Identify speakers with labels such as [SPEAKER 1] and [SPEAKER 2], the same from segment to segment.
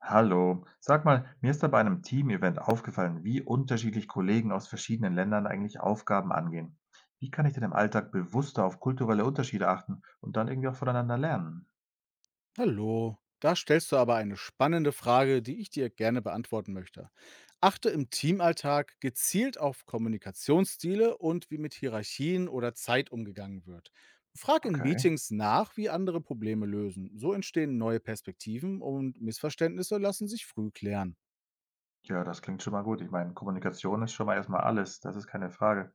[SPEAKER 1] Hallo, sag mal, mir ist da bei einem Team-Event aufgefallen, wie unterschiedlich Kollegen aus verschiedenen Ländern eigentlich Aufgaben angehen. Wie kann ich denn im Alltag bewusster auf kulturelle Unterschiede achten und dann irgendwie auch voneinander lernen?
[SPEAKER 2] Hallo, da stellst du aber eine spannende Frage, die ich dir gerne beantworten möchte. Achte im Teamalltag gezielt auf Kommunikationsstile und wie mit Hierarchien oder Zeit umgegangen wird. Frag in
[SPEAKER 1] Okay,
[SPEAKER 2] Meetings nach, wie andere Probleme lösen. So entstehen neue Perspektiven und Missverständnisse lassen sich früh klären.
[SPEAKER 1] ja, das klingt schon mal gut. Ich meine, Kommunikation ist schon mal erstmal alles, das ist keine Frage.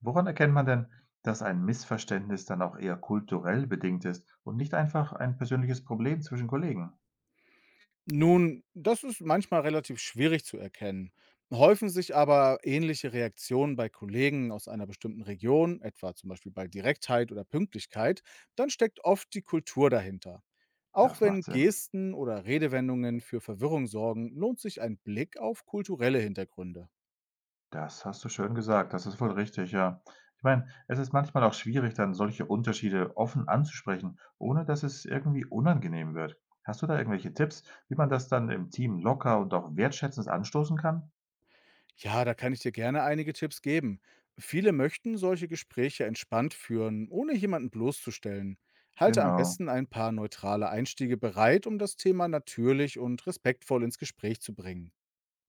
[SPEAKER 1] Woran erkennt man denn, dass ein Missverständnis dann auch eher kulturell bedingt ist und nicht einfach ein persönliches Problem zwischen Kollegen?
[SPEAKER 2] Nun, das ist manchmal relativ schwierig zu erkennen. Häufen sich aber ähnliche Reaktionen bei Kollegen aus einer bestimmten Region, etwa zum Beispiel bei Direktheit oder Pünktlichkeit, dann steckt oft die Kultur dahinter. Auch
[SPEAKER 1] Das macht
[SPEAKER 2] wenn
[SPEAKER 1] Sinn.
[SPEAKER 2] Gesten oder Redewendungen für Verwirrung sorgen, lohnt sich ein Blick auf kulturelle Hintergründe.
[SPEAKER 1] Das hast du schön gesagt. Das ist wohl richtig, ja. Ich meine, es ist manchmal auch schwierig, dann solche Unterschiede offen anzusprechen, ohne dass es irgendwie unangenehm wird. Hast du da irgendwelche Tipps, wie man das dann im Team locker und auch wertschätzend anstoßen kann?
[SPEAKER 2] Ja, da kann ich dir gerne einige Tipps geben. Viele möchten solche Gespräche entspannt führen, ohne jemanden bloßzustellen. Halte am
[SPEAKER 1] Genau.
[SPEAKER 2] besten ein paar neutrale Einstiege bereit, um das Thema natürlich und respektvoll ins Gespräch zu bringen.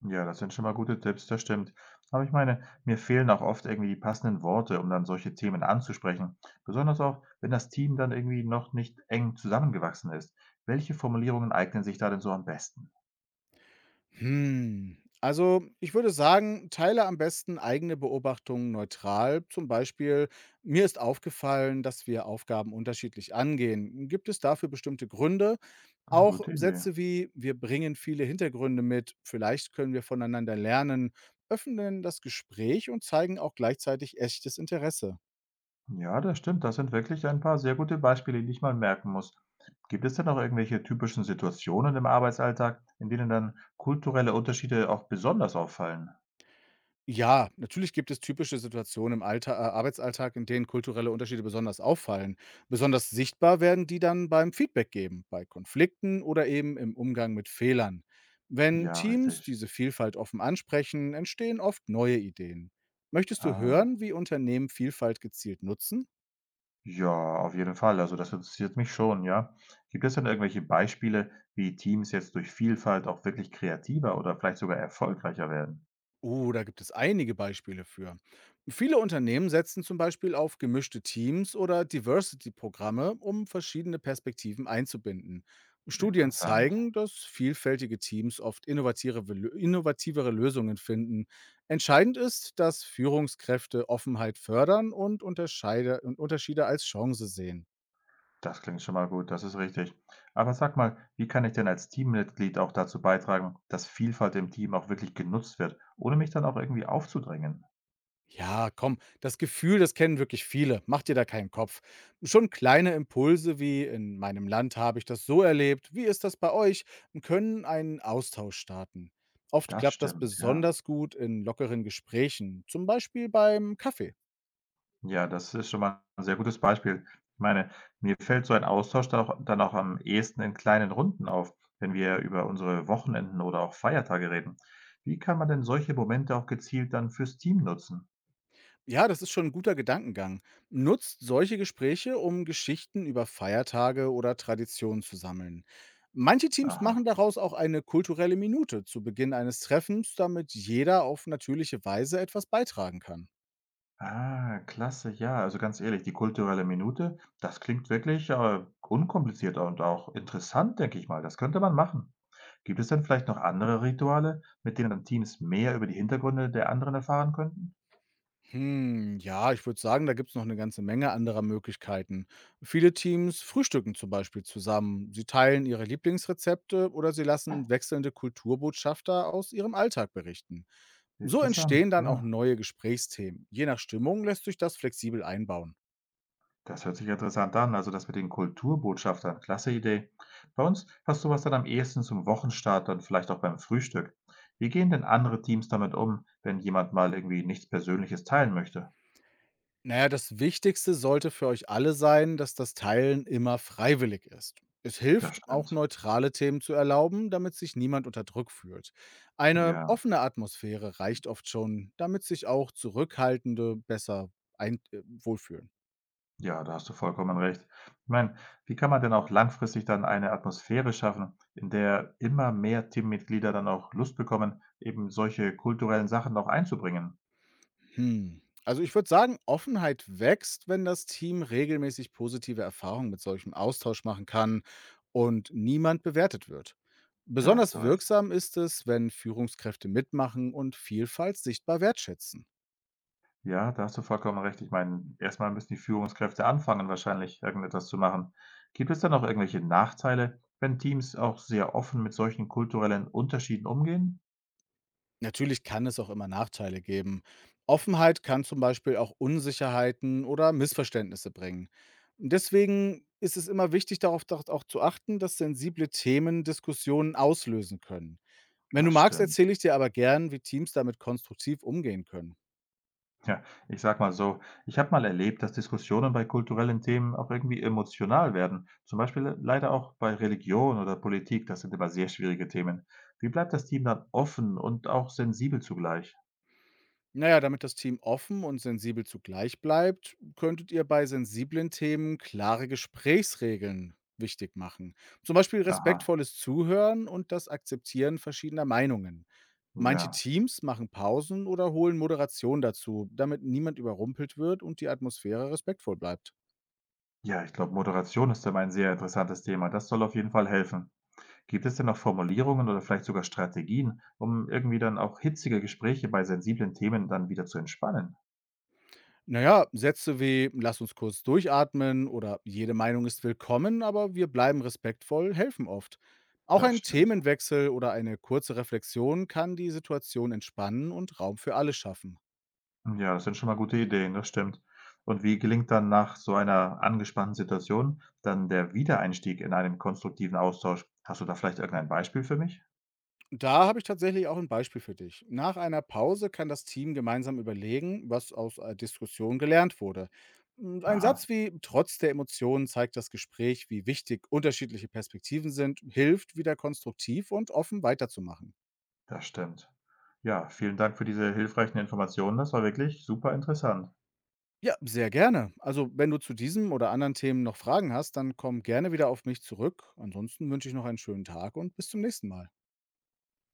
[SPEAKER 1] Ja, das sind schon mal gute Tipps, das stimmt. Aber ich meine, mir fehlen auch oft irgendwie die passenden Worte, um dann solche Themen anzusprechen. Besonders auch, wenn das Team dann irgendwie noch nicht eng zusammengewachsen ist. Welche Formulierungen eignen sich da denn so am besten?
[SPEAKER 2] Hm. Also, ich würde sagen, teile am besten eigene Beobachtungen neutral. Zum Beispiel, mir ist aufgefallen, dass wir Aufgaben unterschiedlich angehen. Gibt es dafür bestimmte Gründe? Auch
[SPEAKER 1] Gute Idee.
[SPEAKER 2] Sätze wie, wir bringen viele Hintergründe mit, vielleicht können wir voneinander lernen, öffnen das Gespräch und zeigen auch gleichzeitig echtes Interesse.
[SPEAKER 1] Ja, das stimmt. Das sind wirklich ein paar sehr gute Beispiele, die ich mal merken muss. Gibt es denn auch irgendwelche typischen Situationen im Arbeitsalltag, in denen dann kulturelle Unterschiede auch besonders auffallen?
[SPEAKER 2] Ja, natürlich gibt es typische Situationen im Allta Arbeitsalltag, in denen kulturelle Unterschiede besonders auffallen. Besonders sichtbar werden die dann beim Feedback geben, bei Konflikten oder eben im Umgang mit Fehlern. Wenn
[SPEAKER 1] Ja,
[SPEAKER 2] Teams
[SPEAKER 1] richtig.
[SPEAKER 2] diese Vielfalt offen ansprechen, entstehen oft neue Ideen. Möchtest du
[SPEAKER 1] Ah.
[SPEAKER 2] hören, wie Unternehmen Vielfalt gezielt nutzen?
[SPEAKER 1] Ja, auf jeden Fall. Also das interessiert mich schon, ja. Gibt es denn irgendwelche Beispiele, wie Teams jetzt durch Vielfalt auch wirklich kreativer oder vielleicht sogar erfolgreicher werden?
[SPEAKER 2] Oh, da gibt es einige Beispiele für. Viele Unternehmen setzen zum Beispiel auf gemischte Teams oder Diversity-Programme, um verschiedene Perspektiven einzubinden. Studien
[SPEAKER 1] Interessant.
[SPEAKER 2] zeigen, dass vielfältige Teams oft innovativere Lösungen finden. Entscheidend ist, dass Führungskräfte Offenheit fördern und Unterschiede als Chance sehen.
[SPEAKER 1] Das klingt schon mal gut, das ist richtig. Aber sag mal, wie kann ich denn als Teammitglied auch dazu beitragen, dass Vielfalt im Team auch wirklich genutzt wird, ohne mich dann auch irgendwie aufzudrängen?
[SPEAKER 2] Ja, komm, das Gefühl, das kennen wirklich viele. Mach dir da keinen Kopf. Schon kleine Impulse wie in meinem Land habe ich das so erlebt, wie ist das bei euch, können einen Austausch starten. Oft
[SPEAKER 1] Das
[SPEAKER 2] klappt das
[SPEAKER 1] stimmt, ja.
[SPEAKER 2] besonders gut in lockeren Gesprächen, zum Beispiel beim Kaffee.
[SPEAKER 1] Ja, das ist schon mal ein sehr gutes Beispiel. Ich meine, mir fällt so ein Austausch dann auch am ehesten in kleinen Runden auf, wenn wir über unsere Wochenenden oder auch Feiertage reden. Wie kann man denn solche Momente auch gezielt dann fürs Team nutzen?
[SPEAKER 2] Ja, das ist schon ein guter Gedankengang. Nutzt solche Gespräche, um Geschichten über Feiertage oder Traditionen zu sammeln. Manche Teams machen
[SPEAKER 1] Aha.
[SPEAKER 2] daraus auch eine kulturelle Minute zu Beginn eines Treffens, damit jeder auf natürliche Weise etwas beitragen kann.
[SPEAKER 1] Ah, klasse, ja. Also, ganz ehrlich, die kulturelle Minute, das klingt wirklich, unkompliziert und auch interessant, denke ich mal. Das könnte man machen. Gibt es denn vielleicht noch andere Rituale, mit denen dann Teams mehr über die Hintergründe der anderen erfahren könnten?
[SPEAKER 2] Hm, ja, ich würde sagen, da gibt es noch eine ganze Menge anderer Möglichkeiten. Viele Teams frühstücken zum Beispiel zusammen. Sie teilen ihre Lieblingsrezepte oder sie lassen wechselnde Kulturbotschafter aus ihrem Alltag berichten. So
[SPEAKER 1] Interessant,
[SPEAKER 2] entstehen dann auch
[SPEAKER 1] ja.
[SPEAKER 2] neue Gesprächsthemen. Je nach Stimmung lässt sich das flexibel einbauen.
[SPEAKER 1] Das hört sich interessant an, also das mit den Kulturbotschaftern, klasse Idee. Bei uns hast du was dann am ehesten zum Wochenstart, dann vielleicht auch beim Frühstück. Wie gehen denn andere Teams damit um, wenn jemand mal irgendwie nichts Persönliches teilen möchte?
[SPEAKER 2] Naja, das Wichtigste sollte für euch alle sein, dass das Teilen immer freiwillig ist. Es
[SPEAKER 1] Das
[SPEAKER 2] hilft, auch
[SPEAKER 1] stimmt.
[SPEAKER 2] neutrale Themen zu erlauben, damit sich niemand unter Druck fühlt. Eine
[SPEAKER 1] Ja.
[SPEAKER 2] offene Atmosphäre reicht oft schon, damit sich auch Zurückhaltende besser ein wohlfühlen.
[SPEAKER 1] Ja, da hast du vollkommen recht. Ich meine, wie kann man denn auch langfristig dann eine Atmosphäre schaffen, in der immer mehr Teammitglieder dann auch Lust bekommen, eben solche kulturellen Sachen noch einzubringen?
[SPEAKER 2] Hm. Also ich würde sagen, Offenheit wächst, wenn das Team regelmäßig positive Erfahrungen mit solchem Austausch machen kann und niemand bewertet wird.
[SPEAKER 1] Da hast
[SPEAKER 2] Besonders
[SPEAKER 1] du recht.
[SPEAKER 2] wirksam ist es, wenn Führungskräfte mitmachen und Vielfalt sichtbar wertschätzen.
[SPEAKER 1] Ja, da hast du vollkommen recht. Ich meine, erstmal müssen die Führungskräfte anfangen, wahrscheinlich irgendetwas zu machen. Gibt es dann auch irgendwelche Nachteile, wenn Teams auch sehr offen mit solchen kulturellen Unterschieden umgehen?
[SPEAKER 2] Natürlich kann es auch immer Nachteile geben. Offenheit kann zum Beispiel auch Unsicherheiten oder Missverständnisse bringen. Deswegen ist es immer wichtig, darauf doch auch zu achten, dass sensible Themen Diskussionen auslösen können. Wenn du
[SPEAKER 1] Das
[SPEAKER 2] magst,
[SPEAKER 1] stimmt.
[SPEAKER 2] erzähle ich dir aber gern, wie Teams damit konstruktiv umgehen können.
[SPEAKER 1] Ja, ich sag mal so, ich habe mal erlebt, dass Diskussionen bei kulturellen Themen auch irgendwie emotional werden. Zum Beispiel leider auch bei Religion oder Politik. Das sind immer sehr schwierige Themen. Wie bleibt das Team dann offen und auch sensibel zugleich?
[SPEAKER 2] Na ja, damit das Team offen und sensibel zugleich bleibt, könntet ihr bei sensiblen Themen klare Gesprächsregeln wichtig machen. Zum Beispiel
[SPEAKER 1] Aha,
[SPEAKER 2] respektvolles Zuhören und das Akzeptieren verschiedener Meinungen. Manche
[SPEAKER 1] ja.
[SPEAKER 2] Teams machen Pausen oder holen Moderation dazu, damit niemand überrumpelt wird und die Atmosphäre respektvoll bleibt.
[SPEAKER 1] Ja, ich glaube, Moderation ist immer ein sehr interessantes Thema. Das soll auf jeden Fall helfen. Gibt es denn noch Formulierungen oder vielleicht sogar Strategien, um irgendwie dann auch hitzige Gespräche bei sensiblen Themen dann wieder zu entspannen?
[SPEAKER 2] Na ja, Sätze wie „Lass uns kurz durchatmen“ oder „Jede Meinung ist willkommen, aber wir bleiben respektvoll“ helfen oft. Auch
[SPEAKER 1] Das
[SPEAKER 2] ein
[SPEAKER 1] stimmt.
[SPEAKER 2] Themenwechsel oder eine kurze Reflexion kann die Situation entspannen und Raum für alle schaffen.
[SPEAKER 1] Ja, das sind schon mal gute Ideen, das stimmt. Und wie gelingt dann nach so einer angespannten Situation dann der Wiedereinstieg in einen konstruktiven Austausch? Hast du da vielleicht irgendein Beispiel für mich?
[SPEAKER 2] Da habe ich tatsächlich auch ein Beispiel für dich. Nach einer Pause kann das Team gemeinsam überlegen, was aus Diskussion gelernt wurde. Hm, ein
[SPEAKER 1] Aha,
[SPEAKER 2] Satz wie „Trotz der Emotionen zeigt das Gespräch, wie wichtig unterschiedliche Perspektiven sind“, hilft, wieder konstruktiv und offen weiterzumachen.
[SPEAKER 1] das stimmt. Ja, vielen Dank für diese hilfreichen Informationen. Das war wirklich super interessant.
[SPEAKER 2] Ja, sehr gerne. Also, wenn du zu diesem oder anderen Themen noch Fragen hast, dann komm gerne wieder auf mich zurück. Ansonsten wünsche ich noch einen schönen Tag und bis zum nächsten Mal.